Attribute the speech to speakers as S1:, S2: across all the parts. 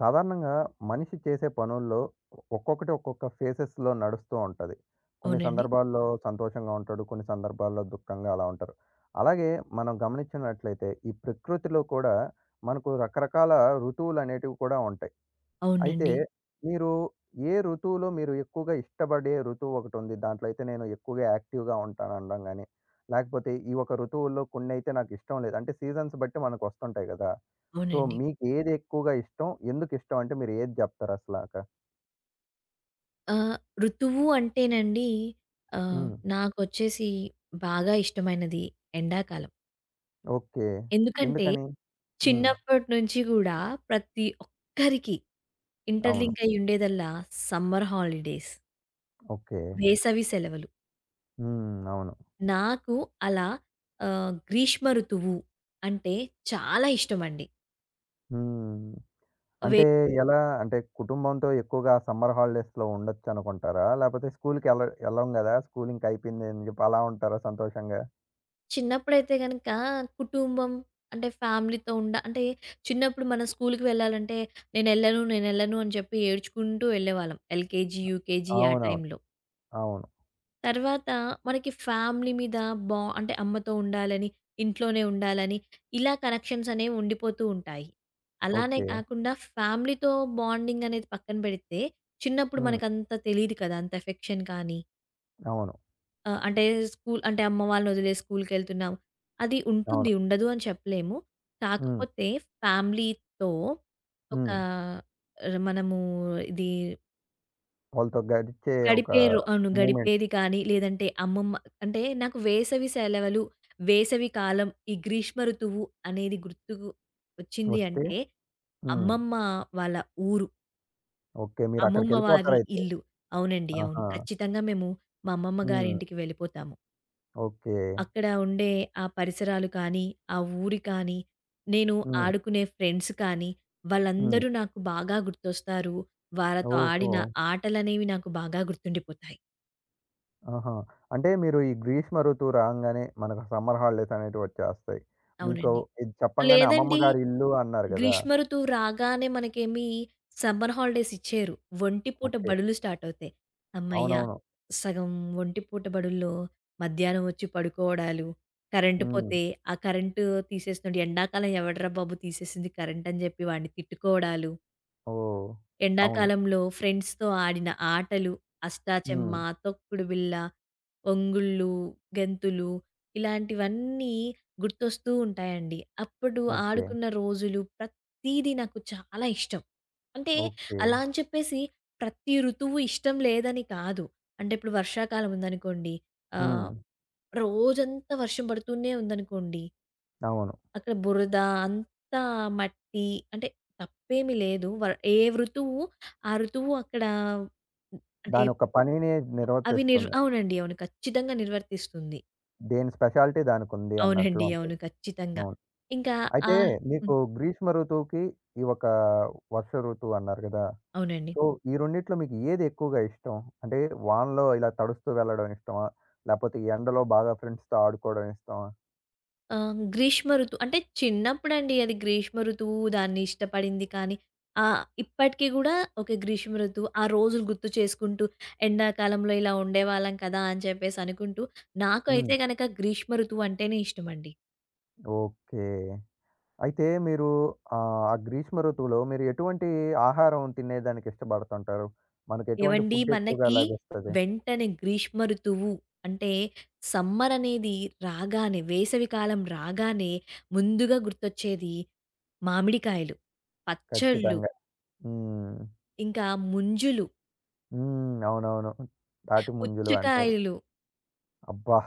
S1: సాధారణంగా మనిషి చేసే పనుల్లో ఒక్కొక్కటి ఒక్కొక్క ఫేసెస్‌లో నడుస్తూ ఉంటది. కొన్ని
S2: అవునండి.
S1: సందర్భాల్లో సంతోషంగా ఉంటాడు. కొన్ని సందర్భాల్లో దుఃఖంగా అలా ఉంటారు. అలాగే మనం గమనించినట్లయితే ఈ ప్రకృతిలో కూడా మనకు రకరకాల ఋతువులనేటివి కూడా ఉంటాయి. అయితే
S2: అవునండి.
S1: మీరు ఏ ఋతువులో మీరు ఎక్కువగా ఇష్టపడే ఋతువు ఒకటుంది. దాంట్లో అయితే నేను ఎక్కువగా యాక్టివ్‌గా ఉంటాననడం గాని, లేకపోతే ఈ ఒక ఋతువుల్లో కొన్నైతే నాకిష్టం లేదు. అంటే సీజన్స్ బట్టి మనకొస్తుంటాయి గదా! సో,
S2: అవునండి.
S1: మీకేది ఎక్కువగా ఇష్టం? ఎందుకిష్టం అంటే మీరు ఏది జెప్తారసలాక?
S2: ఆహ్, ఋతువు అంటేనండి ఆహ్,
S1: హ్మ్.
S2: నాకొచ్చేసి బాగా ఇష్టమైనది ఎండాకాలం.
S1: ఓకే.
S2: ఎందుకంటే
S1: ఎందుకని? హ్మ్.
S2: చిన్నప్పటి నుంచి గూడా ప్రతి ఒక్కరికి
S1: అవును.
S2: ఇంటర్‌లింక్ అయ్యి ఉండేదల్లా సమ్మర్ హాలిడేస్,
S1: ఓకే.
S2: వేసవి సెలవులు.
S1: హ్మ్. అవును.
S2: నాకు అలా గ్రీష్మ ఋతువు అంటే చాలా ఇష్టమండి.
S1: హ్మ్. అంటే ఎలా? అంటే కుటుంబంతో ఎక్కువగా సమ్మర్ హాలిడేస్‌లో ఉండొచ్చనుకుంటారా? లేపోతే స్కూలుకి ఎళ్ళం గదా! స్కూలు ఇంక అయిపోయింది అని జెప్పి అలా ఉంటారా సంతోషంగా?
S2: చిన్నప్పుడైతే గనక కుటుంబం అంటే ఫ్యామిలీతో ఉండ అంటే చిన్నప్పుడు మనం స్కూల్‌కి వెళ్ళాలంటే నేనెళ్ళను, నేనెళ్ళను అని చెప్పి ఏడ్చుకుంటూ వెళ్ళేవాళ్ళం. ఎల్‌కేజీ, యూకేజీ ఆ
S1: అవునవును.
S2: టైంలో.
S1: అవును.
S2: తర్వాత మనకి ఫ్యామిలీ మీద అంటే అమ్మతో ఉండాలని, ఇంట్లోనే ఉండాలని ఇలా కనెక్షన్స్ అనేవి ఉండిపోతూ ఉంటాయి. అలానే
S1: ఓకే.
S2: కాకుండా ఫ్యామిలీతో బాండింగ్ అనేది పక్కన పెడితే చిన్నప్పుడు
S1: హ్మ్.
S2: మనకంత తెలీదు కదా! అంత ఎఫెక్షన్ కానీ
S1: అవును.
S2: ఆ! అంటే స్కూల్ అంటే అమ్మ వాళ్ళనొదిలేసి స్కూల్‌కెళ్తున్నాం. అది ఉంటుంది,
S1: అవును.
S2: ఉండదు అని చెప్పలేము.
S1: హ్మ్.
S2: కాకపోతే ఫ్యామిలీతో ఒక
S1: హ్మ్.
S2: మనము ఇది
S1: వాళ్ళతో గడిచే ఒక
S2: గడిపే రో అవును.
S1: మూమెంట్
S2: గడిపేది కానీ, లేదంటే అమ్మమ్మ అంటే నాకు వేసవి సెలవులు, వేసవి కాలం, ఈ గ్రీష్మ ఋతువు అనేది గుర్తుకు వచ్చింది
S1: వస్తే
S2: అంటే
S1: హ్మ్.
S2: అమ్మమ్మ వాళ్ళ ఊరు,
S1: ఓకే.
S2: అమ్మమ్మ వారి
S1: మీరక్కడికెళ్ళిపోతారయితే.
S2: ఇల్లు. అవునండి. అవును.
S1: ఆహా!
S2: ఖచ్చితంగా మేము మా అమ్మమ్మ
S1: హ్మ్.
S2: గారింటికి వెళ్ళిపోతాము.
S1: ఓకే.
S2: అక్కడ ఉండే ఆ పరిసరాలు కానీ, ఆ ఊరి కానీ, నేను
S1: హ్మ్.
S2: ఆడుకునే ఫ్రెండ్స్ కానీ,
S1: హ్మ్.
S2: వాళ్ళందరూ నాకు బాగా గుర్తొస్తారు. వాళ్ళతో
S1: ఓహో!
S2: ఆడిన ఆటలనేవి నాకు బాగా గుర్తుండిపోతాయి.
S1: ఆహా! అంటే మీరు ఈ గ్రీష్మ ఋతువు రాంగానే మనకు సమ్మర్ హాలిడేస్ అనేటివి వచ్చేస్తాయి. మీకు
S2: అవునండి.
S1: ఇది చెప్పంగానే
S2: లేదండి.
S1: అమ్మమ్మ గారి ఇల్లు అన్నారు గదా!
S2: గ్రీష్మ ఋతువు రాగానే మనకేమి సమ్మర్ హాలిడేస్ ఇచ్చేయరు. ఒంటి పూట
S1: ఓకే.
S2: బడులు స్టార్ట్ అవుతాయి. హమ్మయ్య!
S1: అవునవును.
S2: సగం ఒంటి పూట బడుల్లో మధ్యాహ్నం వచ్చి పడుకోవడాలు, కరెంటు
S1: హ్మ్.
S2: పోతే ఆ కరెంటు తీసేసినోడు ఎండాకాలం ఎవడురా బాబు తీసేసింది కరెంట్ అని జెప్పి వాడిని తిట్టుకోవడాలు.
S1: ఓహ్! అవును.
S2: ఎండాకాలంలో ఫ్రెండ్స్‌తో ఆడిన ఆటలు, అష్టాచెమ్మ,
S1: హ్మ్.
S2: తొక్కుడు బిళ్ళ, ఒంగుళ్ళు, గెంతులు ఇలాంటివన్నీ గుర్తొస్తూ ఉంటాయండి. అప్పుడు
S1: ఓకే.
S2: ఆడుకున్న రోజులు ప్రతీదీ నాకు చాలా ఇష్టం. అంటే
S1: ఓకే.
S2: అలా అని చెప్పేసి ప్రతి ఋతువు ఇష్టం లేదని కాదు. అంటే ఇప్పుడు వర్షాకాలం ఉందనుకోండి.
S1: హ్మ్.
S2: ఆహ్, రోజంతా వర్షం పడుతూనే ఉందనుకోండి,
S1: అవును.
S2: అక్కడ బురద, అంతా మట్టి. అంటే తప్పేమి లేదు. ఏ ఋతువు, ఆ ఋతువు అక్కడ అంటే
S1: దానొక పనిని
S2: అవి నిర్
S1: నిర్వర్తిస్తుంది.
S2: అవునండి. అవును. ఖచ్చితంగా నిర్వర్తిస్తుంది.
S1: దేని స్పెషాలిటీ దానికుంది అన్నట్లు
S2: అవునండి. అవును.
S1: ఉంటుంది.
S2: ఖచ్చితంగా.
S1: అవును.
S2: ఇంకా
S1: అయితే
S2: ఆహ్
S1: మీకు
S2: హ్మ్.
S1: గ్రీష్మ ఋతువుకి ఈ ఒక వర్ష ఋతువు అన్నారు గదా!
S2: అవునండి.
S1: సో, ఈ రెండిట్లో మీకు ఏది ఎక్కువగా ఇష్టం? అంటే వానలో ఇలా తడుస్తూ వెళ్ళడం ఇష్టమా? లేపోతే ఎండలో బాగా ఫ్రెండ్స్‌తో ఆడుకోవడం ఇష్టమా?
S2: ఆ! 'గ్రీష్మ ఋతువు' అంటే చిన్నప్పుడండి అది 'గ్రీష్మ ఋతువు' దాన్ని ఇష్టపడింది కానీ, ఇప్పటికి గూడా ఓకే. 'గ్రీష్మ ఋతువు' ఆ రోజులు గుర్తు చేసుకుంటూ, ఎండాకాలంలో ఇలా ఉండేవాళ్ళం కదా! అని చెప్పేసి అనుకుంటూ, నాకు
S1: హ్మ్.
S2: అయితే గనక 'గ్రీష్మ ఋతువు' అంటేనే ఇష్టమండి.
S1: ఓకే. అయితే మీరు ఆ గ్రీష్మ ఋతువులో మీరు ఎటువంటి ఆహారం తినేదానికి ఇష్టపడుతుంటారు? మనకు ఎటువంటి
S2: ఏవండీ
S1: ఫుడ్ ఎక్కువగా
S2: మనకి
S1: లభిస్తది?
S2: వెంటనే 'గ్రీష్మ ఋతువు' అంటే సమ్మర్ అనేది రాగానే, వేసవి కాలం రాగానే ముందుగా గుర్తొచ్చేది మామిడికాయలు, పచ్చళ్ళు,
S1: ఖచ్చితంగా. హ్మ్.
S2: ఇంకా ముంజులు,
S1: హ్మ్. అవునవును. తాటి ముంజలు అంటారు.
S2: పుచ్చకాయలు.
S1: అబ్బా!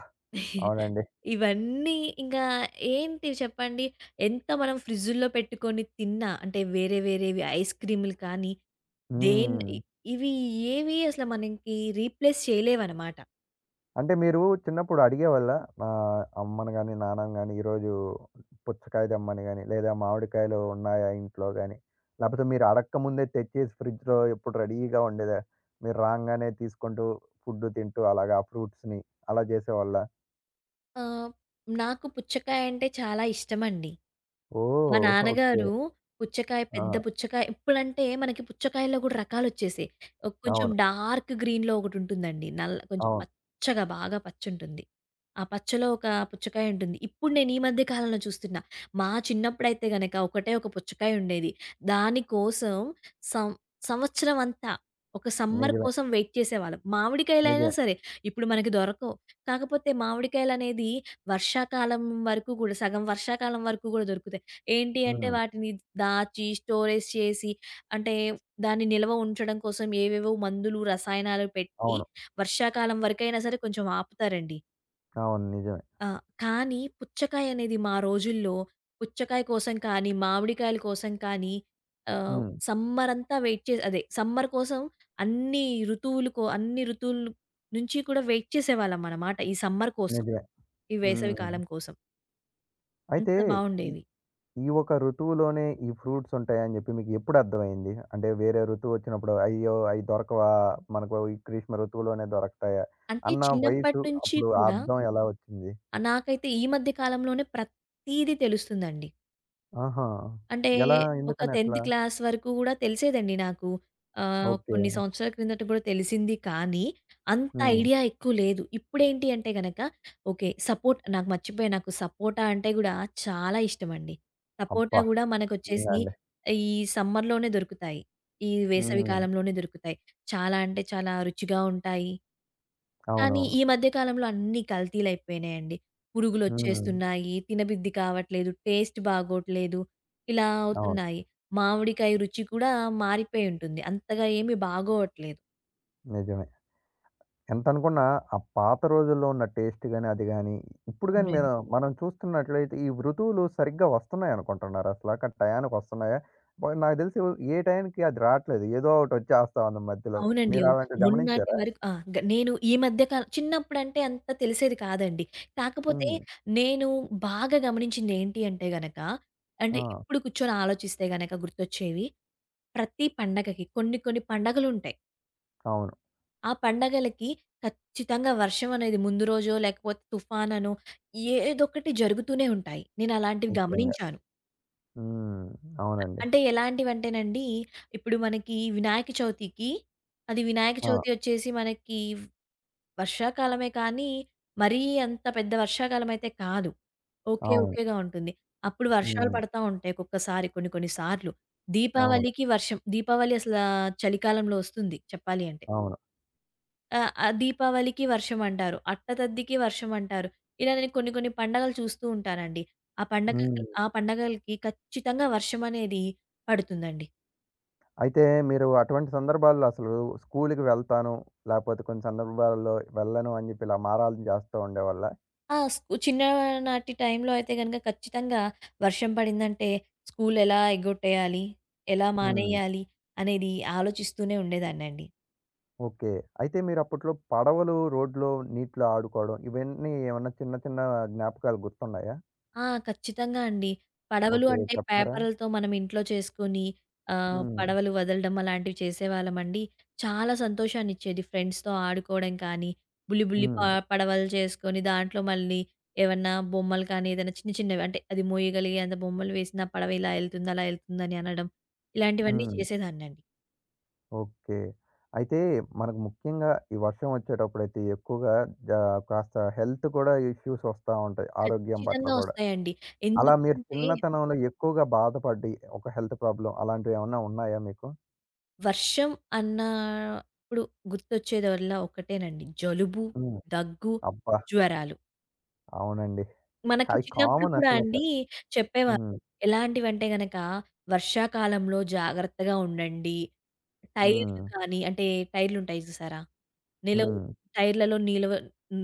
S1: అవునండి.
S2: ఇవన్నీ ఇంకా ఏంటి చెప్పండి? ఎంత మనం ఫ్రిడ్జుల్లో పెట్టుకొని తిన్నా అంటే వేరే వేరేవి ఐస్ క్రీములు కానీ, దేన్
S1: హ్మ్.
S2: ఇ ఇవి ఏవి అసలు మనకి రీప్లేస్ చేయలేవనమాట.
S1: అంటే మీరు చిన్నప్పుడు అడిగేవాళ్ళా? అమ్మని గాని, నాన్నని గాని ఈరోజు పుచ్చకాయ తెమ్మని గాని, లేదా మామిడికాయలు ఉన్నాయా ఇంట్లో గాని, లేపోతే మీరు అడక్కముందే తెచ్చేసి ఫ్రిడ్జ్‌లో ఎప్పుడు రెడీగా ఉండేదా? మీరు రాంగానే తీసుకుంటూ ఫుడ్డు తింటూ అలాగా ఆ ఫ్రూట్స్‌ని అలా చేసేవాళ్ళా?
S2: ఆహ్, నాకు పుచ్చకాయ అంటే చాలా ఇష్టమండి. మా
S1: ఓహ్! ఓకే.
S2: నాన్నగారు పుచ్చకాయ పెద్ద
S1: ఆ!
S2: పుచ్చకాయ ఇప్పుడంటే మనకి పుచ్చకాయల్లో కూడా రకాలొచ్చేసాయి. కొంచెం
S1: అవును.
S2: డార్క్ గ్రీన్‌లో ఒకటుంటుందండి. నల్ల కొంచెం
S1: అవును.
S2: పచ్చగా బాగా పచ్చుంటుంది. ఆ పచ్చలో ఒక పుచ్చకాయ ఉంటుంది. ఇప్పుడు నేను ఈ మధ్య కాలంలో చూస్తున్నా. మా చిన్నప్పుడైతే గనక ఒకటే ఒక పుచ్చకాయ ఉండేది. దాని కోసం సం సంవత్సరం అంతా ఒక సమ్మర్
S1: నిజమే.
S2: కోసం వెయిట్ చేసేవాళ్ళం. మామిడికాయలైనా
S1: నిజమే.
S2: సరే ఇప్పుడు మనకి దొరకవు. కాకపోతే మామిడికాయలనేది వర్షాకాలం వరకు కూడా సగం వర్షాకాలం వరకు కూడా దొరుకుతాయి. ఏంటి అంటే
S1: హ్మ్.
S2: వాటిని దాచి, స్టోరేజ్ చేసి అంటే దాన్ని నిల్వ ఉంచడం కోసం ఏవేవో మందులు, రసాయనాలు పెట్టి
S1: అవును.
S2: వర్షాకాలం వరకైనా సరే కొంచెం ఆపుతారండి.
S1: అవును. నిజమే.
S2: ఆ! కానీ పుచ్చకాయ అనేది మా రోజుల్లో పుచ్చకాయ కోసం కానీ, మామిడికాయల కోసం కానీ ఆహ్,
S1: హ్మ్.
S2: సమ్మర్ అంతా వెయిట్ చే అదే సమ్మర్ కోసం అన్ని అన్ని ఋతువుల నుంచి కూడా వెయిట్ చేసేవాళ్ళమనమాట. ఈ సమ్మర్ కోసం,
S1: నిజమే.
S2: ఈ వేసవి
S1: హ్మ్.
S2: కాలం కోసం.
S1: అయితే
S2: అంత బావుండేవి.
S1: ఈ ఒక ఋతువులోనే ఈ ఫ్రూట్స్ ఉంటాయని జెప్పి మీకెప్పుడు అర్థమైంది? అంటే వేరే ఋతువొచ్చినప్పుడు అయ్యో! అయి దొరకవా? మనకు ఈ గ్రీష్మ ఋతువులోనే దొరకతాయా?
S2: అంటే
S1: అన్న
S2: చిన్నప్పటి
S1: వయసు
S2: నుంచి
S1: అప్పుడు ఆ
S2: కూడా
S1: అర్థం ఎలా వచ్చింది?
S2: నాకైతే ఈ మధ్య కాలంలోనే ప్రతీదీ తెలుస్తుందండి.
S1: ఆహా!
S2: అంటే
S1: ఎలా?
S2: ఒక
S1: ఎందుకని
S2: 10th
S1: అట్లా?
S2: క్లాస్ వరకు గూడా తెలిసేదండి నాకు.
S1: ఓకే.
S2: కొన్ని సంవత్సరాల క్రిందట గూడా తెలిసింది కానీ, అంత
S1: హ్మ్.
S2: ఐడియా ఎక్కువ లేదు. ఇప్పుడేంటి అంటే గనక ఓకే. సపోర్ట్ నాకు మర్చిపోయాను. నాకు సపోటా అంటే గూడా చాలా ఇష్టమండి. సపోటా
S1: అబ్బా!
S2: గూడా
S1: నిజంగా
S2: మనకొచ్చేసి
S1: అండి.
S2: ఈ సమ్మర్‌లోనే దొరుకుతాయి. ఈ వేసవి
S1: హ్మ్.
S2: కాలంలోనే దొరుకుతాయి. చాలా అంటే చాలా రుచిగా ఉంటాయి. కానీ
S1: అవునవును.
S2: ఈ మధ్య కాలంలో అన్నీ కల్తీలయిపోయినాయండి.
S1: హ్మ్.
S2: పురుగులొచ్చేస్తున్నాయి, తినబుద్ధి కావట్లేదు, టేస్ట్ బాగోట్లేదు, ఇలా
S1: అవును.
S2: అవుతున్నాయి. మామిడికాయ రుచి కూడా మారిపోయి ఉంటుంది. అంతగా ఏమి బాగోవట్లేదు.
S1: నిజమే. ఎంతనుకున్నా ఆ పాత రోజుల్లో ఉన్న టేస్ట్ గాని, అది గాని, ఇప్పుడు గాని
S2: అవునండి.
S1: మీరు మనం చూస్తున్నట్లయితే ఈ ఋతువులు సరిగ్గా వస్తున్నాయనుకుంటున్నారా అసల? టయానికొస్తున్నాయా? నాకు తెలిసి ఏ టయానికి అది రాట్లేదు. ఏదో ఒకటి వచ్చేస్తా ఉంది మధ్యలో.
S2: అవునండి.
S1: మీరు
S2: అవును.
S1: అలాంటివి
S2: మొన్నటి
S1: గమనించారా?
S2: వరకు ఆ! నేను ఈ మధ్య కాల చిన్నప్పుడంటే అంత తెలిసేది కాదండి. కాకపోతే
S1: హ్మ్.
S2: నేను బాగా గమనించింది ఏంటి అంటే గనక, అంటే
S1: ఆ!
S2: ఇప్పుడు కూర్చొని ఆలోచిస్తే గనక గుర్తొచ్చేవి, ప్రతి పండగకి కొన్ని కొన్ని పండగలుంటాయి.
S1: అవును.
S2: ఆ పండగలకి ఖచ్చితంగా వర్షం అనేది ముందు రోజో, లేకపోతే తుఫాననో ఏదొకటి జరుగుతూనే ఉంటాయి. నేనలాంటివి
S1: నిజంగా.
S2: గమనించాను.
S1: హ్మ్. అవునండి.
S2: అంటే ఎలాంటివంటేనండి, ఇప్పుడు మనకి వినాయక చవితికి అది వినాయక
S1: ఆ!
S2: చవితి వచ్చేసి మనకి వర్షాకాలమే కానీ, మరీ అంత పెద్ద వర్షాకాలమయితే కాదు. ఓకే.
S1: అవును.
S2: ఓకేగా ఉంటుంది. అప్పుడు వర్షాలు
S1: హ్మ్.
S2: పడతా ఉంటాయి ఒక్కొక్కసారి కొన్ని కొన్ని సార్లు.
S1: అవును.
S2: దీపావళికి వర్షం. దీపావళి అసలా చలికాలంలో వస్తుంది చెప్పాలి అంటే.
S1: అవును.
S2: ఆ! ఆ! దీపావళికి వర్షం అంటారు. అట్టతద్దికి వర్షం అంటారు. ఇలా నేను కొన్ని కొన్ని పండగలు చూస్తూ ఉంటానండి. ఆ పండగలకి
S1: హ్మ్.
S2: ఆ పండగలకి ఖచ్చితంగా వర్షం అనేది పడుతుందండి.
S1: అయితే మీరు అటువంటి సందర్భాల్లో అసలు స్కూలుకి వెళ్తాను, లేకపోతే కొన్ని సందర్భాల్లో వెళ్ళను అని చెప్పి ఇలా మారాలు చేస్తూ ఉండేవాళ్ళా?
S2: ఆ! చిన్ననాటి టైంలో అయితే గనక ఖచ్చితంగా వర్షం పడిందంటే స్కూల్ ఎలా ఎగ్గొట్టేయాలి? ఎలా
S1: హ్మ్.
S2: మానేయాలి? అనేది ఆలోచిస్తూనే ఉండేదాన్నండి.
S1: ఓకే. అయితే మీరప్పట్లో పడవలు, రోడ్లో, నీటిలో ఆడుకోవడం ఇవన్నీ ఏమన్నా చిన్న చిన్న జ్ఞాపకాలు గుర్తున్నాయా?
S2: ఆ! ఖచ్చితంగా అండి. పడవలు
S1: ఓకే.
S2: అంటే
S1: చెప్తారా?
S2: పేపర్లతో మనం ఇంట్లో చేసుకొని
S1: హ్మ్.
S2: పడవలు వదలడం అలాంటివి చేసేవాళ్ళమండి. చాలా సంతోషాన్నిచ్చేది ఫ్రెండ్స్‌తో ఆడుకోవడం కానీ, బుల్లి బుల్లి
S1: హ్మ్.
S2: పడవలు చేసుకొని దాంట్లో మళ్ళీ ఏమన్నా బొమ్మలు కానీ ఏదైనా చిన్న చిన్నవి అంటే అది మోయగలిగేంత బొమ్మలు వేసి నా పడవ ఇలా ఎళ్తుంది, అలా ఎళ్తుందని అనడం ఇలాంటివన్నీ
S1: హ్మ్.
S2: చేసేదాన్నండి.
S1: ఓకే. అయితే మనకు ముఖ్యంగా ఈ వర్షం వచ్చేటప్పుడైతే ఎక్కువగా జా కాస్త హెల్త్ కూడా ఇష్యూస్ వస్తా ఉంటాయి. ఆరోగ్యం పట్ల
S2: ఖచ్చితంగా
S1: కూడా.
S2: వస్తాయండి.
S1: అలా
S2: ఎందుకు
S1: మీరు
S2: అంటే
S1: చిన్నతనంలో ఎక్కువగా బాధపడి ఒక హెల్త్ ప్రాబ్లమ్ అలాంటివేమన్నా ఉన్నాయా మీకు?
S2: వర్షం అన్నప్పుడు గుర్తొచ్చేదల్లా ఒకటేనండి. జలుబు,
S1: హ్మ్.
S2: దగ్గు,
S1: అబ్బా!
S2: జ్వరాలు.
S1: అవునండి.
S2: మనకి
S1: అయి
S2: చిన్నప్పుడు
S1: కామన్
S2: కూడా
S1: అసలక.
S2: అండి చెప్పేవారు.
S1: హ్మ్.
S2: ఎలాంటివంటే గనక, "వర్షాకాలంలో జాగ్రత్తగా ఉండండి. టైర్లు
S1: హ్మ్.
S2: కానీ" అంటే టైర్లుంటాయి చూసారా? నిలవ
S1: హ్మ్.
S2: టైర్లలో నిలవ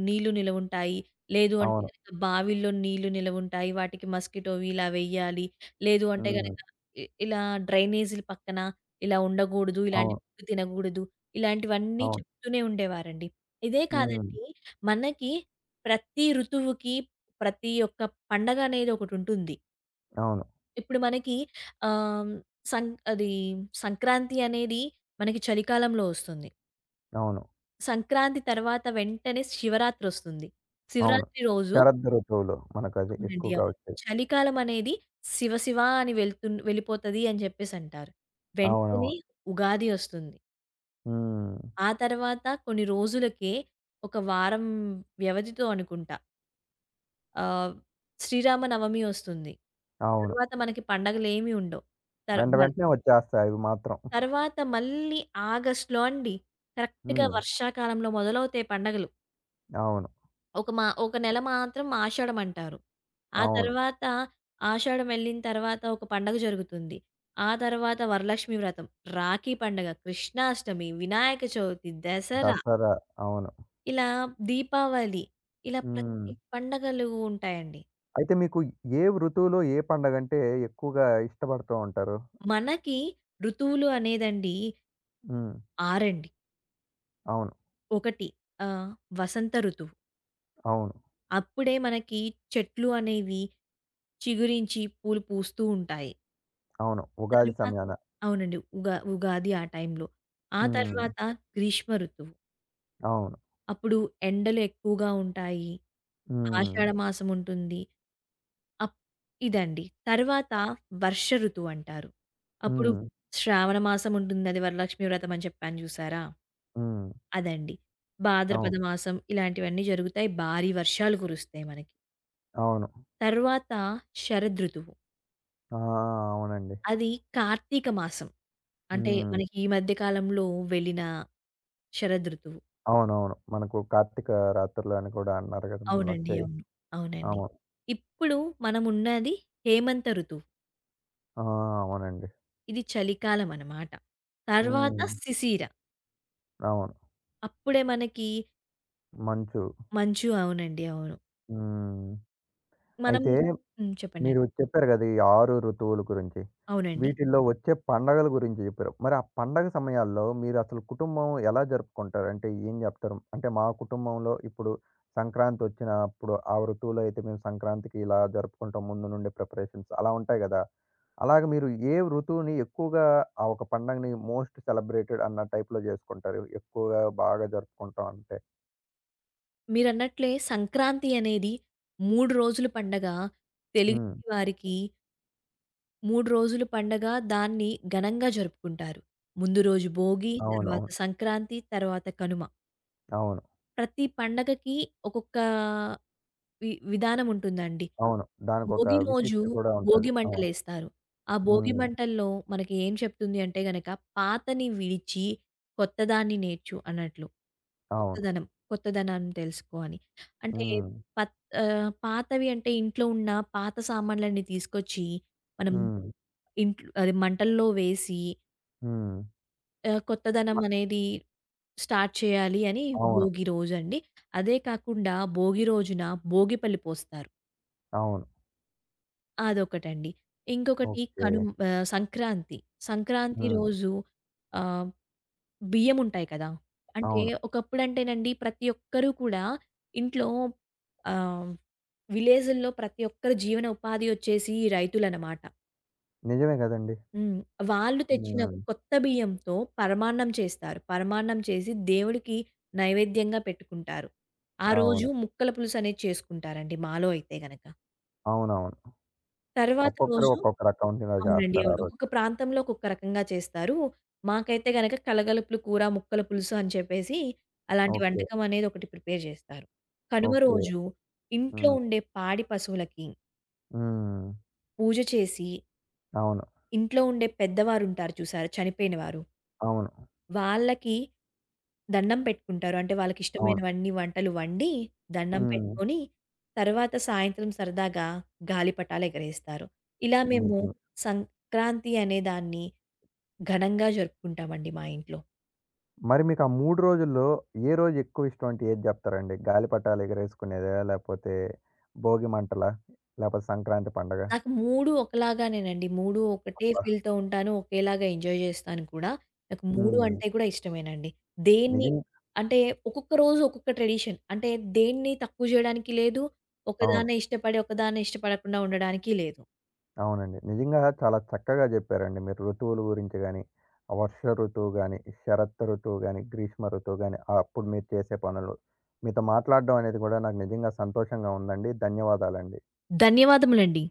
S2: నీళ్లు నిలవుంటాయి. లేదు అంటే
S1: అవును.
S2: గనక బావిల్లో నీళ్లు నిలవుంటాయి. వాటికి మస్కిటోవి ఇలా వెయ్యాలి. లేదు అంటే గనక
S1: హ్మ్.
S2: ఇలా డ్రైనేజీల పక్కన ఇలా ఉండకూడదు. ఇలాంటి
S1: అవును.
S2: ఫుడ్ తినకూడదు. ఇలాంటివన్నీ
S1: అవును.
S2: చెప్తూనే ఉండేవారండి. ఇదే
S1: హ్మ్.
S2: కాదండి మనకి ప్రతి ఋతువుకి ప్రతి ఒక్క పండగ అనేది ఒకటుంటుంది.
S1: అవును.
S2: ఇప్పుడు మనకి ఆహ్, సం అది సంక్రాంతి అనేది మనకి చలికాలంలో వస్తుంది.
S1: అవును.
S2: సంక్రాంతి తర్వాత వెంటనే శివరాత్రొస్తుంది.
S1: అవును.
S2: శివరాత్రి రోజు
S1: శరద్ ఋతువులో మనకది
S2: అవునండి.
S1: ఎక్కువగా
S2: అవును.
S1: వచ్చేది.
S2: చలికాలం అనేది శివ శివ అని వెళ్తున్ వెళ్ళిపోతది అని చెప్పేసంటారు. వెంటనే
S1: అవునవును.
S2: ఉగాది వస్తుంది.
S1: హ్మ్.
S2: ఆ తర్వాత కొన్ని రోజులకే ఒక వారం వ్యవధితో అనుకుంటా ఆహ్, శ్రీరామనవమి ఒస్తుంది.
S1: అవును.
S2: తర్వాత మనకి పండగలేమి ఉండవు. తర్
S1: వెంట
S2: మ
S1: వెంటనే వచ్చేస్తాయి అవి మాత్రం.
S2: తర్వాత మళ్ళీ ఆగస్ట్‌లో అండి. కరెక్ట్‌గా
S1: హ్మ్.
S2: వర్షాకాలంలో మొదలవుతాయి పండగలు.
S1: అవును.
S2: ఒక నెల మాత్రం ఆషాఢం అంటారు. ఆ
S1: అవును.
S2: తర్వాత ఆషాఢం ఎళ్ళిన తర్వాత ఒక పండగ జరుగుతుంది. ఆ తర్వాత వరలక్ష్మి వ్రతం, రాఖీ పండగ, కృష్ణాష్టమి, వినాయక చవితి, దసరా,
S1: దసరా. అవును.
S2: ఇలా దీపావళి, ఇలా
S1: హ్మ్.
S2: ప్రతి పండగలు ఉంటాయండి.
S1: అయితే మీకు ఏ ఋతువులో ఏ పండగంటే ఎక్కువగా ఇష్టపడుతూ ఉంటారు?
S2: మనకి ఋతువులు అనేదండి
S1: హ్మ్.
S2: 6.
S1: అవును.
S2: ఒకటి ఆహ్, వసంత ఋతువు.
S1: అవును.
S2: అప్పుడే మనకి చెట్లు అనేవి చిగురించి పూలు పూస్తూ ఉంటాయి.
S1: అవును. ఉగాది
S2: తర్వాత
S1: సమయాన.
S2: అవునండి. ఉగాది ఆ టైంలో. ఆ
S1: హ్మ్.
S2: తర్వాత గ్రీష్మ ఋతువు.
S1: అవును.
S2: అప్పుడు ఎండలు ఎక్కువగా ఉంటాయి.
S1: హ్మ్.
S2: ఆషాఢ మాసం ఉంటుంది. అప్ ఇదండి. తర్వాత వర్ష ఋతువు అంటారు. అప్పుడు
S1: హ్మ్.
S2: శ్రావణ మాసం ఉంటుంది. అది వరలక్ష్మి వ్రతం అని చెప్పాను చూసారా?
S1: హ్మ్.
S2: అదండి. భాద్రపద
S1: అవును.
S2: మాసం ఇలాంటివన్నీ జరుగుతాయి. భారీ వర్షాలు కురుస్తాయి మనకి.
S1: అవును.
S2: తర్వాత శరదృతువు.
S1: ఆ! అవునండి.
S2: అది కార్తీక మాసం. అంటే
S1: హ్మ్.
S2: మనకి ఈ మధ్య కాలంలో వెళ్ళిన శరదృతువు.
S1: అవునవును. మనకు 'కార్తీక రాత్రులు' అని కూడా అన్నారు గదా!
S2: అవునండి.
S1: మొన్నొచ్చాయి.
S2: అవును. అవునండి.
S1: అవును.
S2: ఇప్పుడు మనమున్నది హేమంత ఋతువు.
S1: ఆ! అవునండి.
S2: ఇది చలికాలం అనమాట. తర్వాత
S1: హ్మ్.
S2: శిశిర.
S1: అవును.
S2: అప్పుడే మనకి
S1: 'మంచు.'
S2: మంచు అవునండి. అవును.
S1: హ్మ్.
S2: మనం
S1: అయితే
S2: హ్మ్. చెప్పండి. అండి.
S1: మీరు చెప్పారు గదా! ఈ 6 ఋతువుల గురించి.
S2: అవునండి.
S1: వీటిల్లో వచ్చే పండగల గురించి జెప్పారు. మరి ఆ పండగ సమయాల్లో మీరసలు కుటుంబం ఎలా జరుపుకుంటారు? అంటే ఏం జెప్తారు? అంటే మా కుటుంబంలో ఇప్పుడు సంక్రాంతొచ్చినప్పుడు ఆ ఋతువులో అయితే మేము సంక్రాంతికి ఇలా జరుపుకుంటాం ముందు నుండే ప్రిపరేషన్స్ అలా ఉంటాయి గదా! అలాగ మీరు ఏ ఋతువుని ఎక్కువగా ఆ ఒక పండగని మోస్ట్ సెలబ్రేటెడ్ అన్న టైప్‌లో జేసుకుంటారు? ఎక్కువగా బాగా జరుపుకుంటాం అంటే?
S2: మీరన్నట్లే సంక్రాంతి అనేది 3 రోజులు పండగ.
S1: హ్మ్.
S2: తెలుగింటి వారికి 3 రోజులు పండగ. దాన్ని ఘనంగా జరుపుకుంటారు. ముందు రోజు భోగి,
S1: అవును.
S2: తర్వాత
S1: అవును.
S2: సంక్రాంతి, తర్వాత కనుమ.
S1: అవును.
S2: ప్రతి పండగకి ఒక్కొక్క విధానం ఉంటుందండి.
S1: అవును. దానికొక
S2: భోగి రోజు
S1: విశిష్టత కూడా ఉంటది.
S2: భోగి
S1: అవును.
S2: మంటలేస్తారు. ఆ భోగి
S1: హ్మ్.
S2: మంటల్లో మనకి ఏం చెప్తుంది అంటే గనక, "పాతని విడిచి కొత్తదాన్ని నేర్చు" అన్నట్లు.
S1: అవును.
S2: కొత్తదనం, కొత్తదనాన్ని తెలుసుకో అని. అంటే
S1: హ్మ్.
S2: పత్ పాతవి అంటే ఇంట్లో ఉన్న పాత సామాన్లన్నీ తీసుకొచ్చి మనం
S1: హ్మ్.
S2: ఇంట్లో అది మంటల్లో వేసి
S1: హ్మ్.
S2: కొత్తదనం
S1: మ
S2: అనేది స్టార్ట్ చేయాలి అని
S1: అవును.
S2: భోగి రోజండి. అదే కాకుండా భోగి రోజున భోగి పల్లి పోస్తారు.
S1: అవును.
S2: అదొకటండి. ఇంకొకటి
S1: ఓకే.
S2: కనుమ సంక్రాంతి. సంక్రాంతి
S1: హ్మ్.
S2: రోజు ఆహ్, బియ్యముంటాయి కదా! అంటే
S1: అవును.
S2: ఒకప్పుడంటేనండి ప్రతి ఒక్కరు కూడా ఇంట్లో ఆహ్, విలేజుల్లో ప్రతి ఒక్కరి జీవన ఉపాధి వచ్చేసి రైతులనమాట.
S1: నిజమే గదండీ!
S2: హ్మ్. వాళ్ళు తెచ్చిన
S1: హ్మ్.
S2: కొత్త బియ్యంతో పరమాన్నం చేస్తారు. పరమాన్నం చేసి దేవుడికి నైవేద్యంగా పెట్టుకుంటారు. ఆ అవును. రోజు
S1: అవును.
S2: ముక్కల పులుసనేది చేసుకుంటారండి మాలో అయితే గనక.
S1: అవునవును.
S2: తర్వాత
S1: ఒక్కొక్కరు
S2: రోజు
S1: ఒక్కొక్క రకంగా
S2: అవునండి.
S1: జేస్తారు ఆ
S2: అవును.
S1: రోజు.
S2: ఒక్కొక్క ప్రాంతంలో ఒక్కొక్క రకంగా చేస్తారు. మాకైతే గనక కలగలుపులు కూర, ముక్కల పులుసు అని చెప్పేసి అలాంటి
S1: ఓకే.
S2: వంటకం అనేది ఒకటి ప్రిపేర్ జేస్తారు. కనుమ
S1: ఓకే.
S2: రోజు ఇంట్లో
S1: హ్మ్.
S2: ఉండే పాడి పశువులకి
S1: హ్మ్.
S2: పూజ చేసి,
S1: అవును.
S2: ఇంట్లో ఉండే పెద్దవారుంటారు చూసారా చనిపోయినవారు.
S1: అవును.
S2: వాళ్ళకి దండం పెట్టుకుంటారు. అంటే
S1: అవును.
S2: వాళ్ళకిష్టమైనవన్నీ వంటలు వండి, దండం హ్మ్.
S1: హ్మ్.
S2: పెట్టుకొని, తర్వాత సాయంత్రం సరదాగా గాలిపటాలెగరేస్తారు. ఇలా మేము
S1: నిజంగా.
S2: సంక్రాంతి అనే దాన్ని ఘనంగా జరుపుకుంటామండి మా ఇంట్లో.
S1: మరి మీకు ఆ 3 రోజుల్లో ఏ రోజు ఎక్కువ ఇష్టం అంటే ఏది జెప్తారండి? గాలిపటాలు ఎగరేసుకునేదా? లేపోతే భోగి మంటలా? లేపోతే సంక్రాంతి పండగ?
S2: నాకు 3 ఒకలాగానేనండి. 3 ఒకటే
S1: అబ్బా!
S2: ఫీల్‌తో ఉంటాను. ఒకేలాగా ఎంజాయ్ జేస్తాను కూడా. నాకు 3
S1: హ్మ్.
S2: అంటే కూడా ఇష్టమేనండి. దేన్ని
S1: నిజం
S2: అంటే ఒక్కొక్క రోజు ఒక్కొక్క ట్రెడిషన్. అంటే దేన్ని తక్కువ జేయడానికి లేదు.
S1: అవును.
S2: ఒకదాన్నే ఇష్టపడి, ఒకదాన్నే ఇష్టపడకుండా ఉండడానికి లేదు.
S1: అవునండి. నిజంగా చాలా చక్కగా జెప్పారండి మీరు ఋతువుల గురించి గాని, ఆ వర్ష ఋతువు గాని, శరత్ ఋతువు గాని, గ్రీష్మ ఋతువు గాని, అప్పుడు మీరు చేసే పనులు. మీతో మాట్లాడడం అనేది గూడా నాకు నిజంగా సంతోషంగా ఉందండి. ధన్యవాదాలండి.
S2: ధన్యవాదములండి.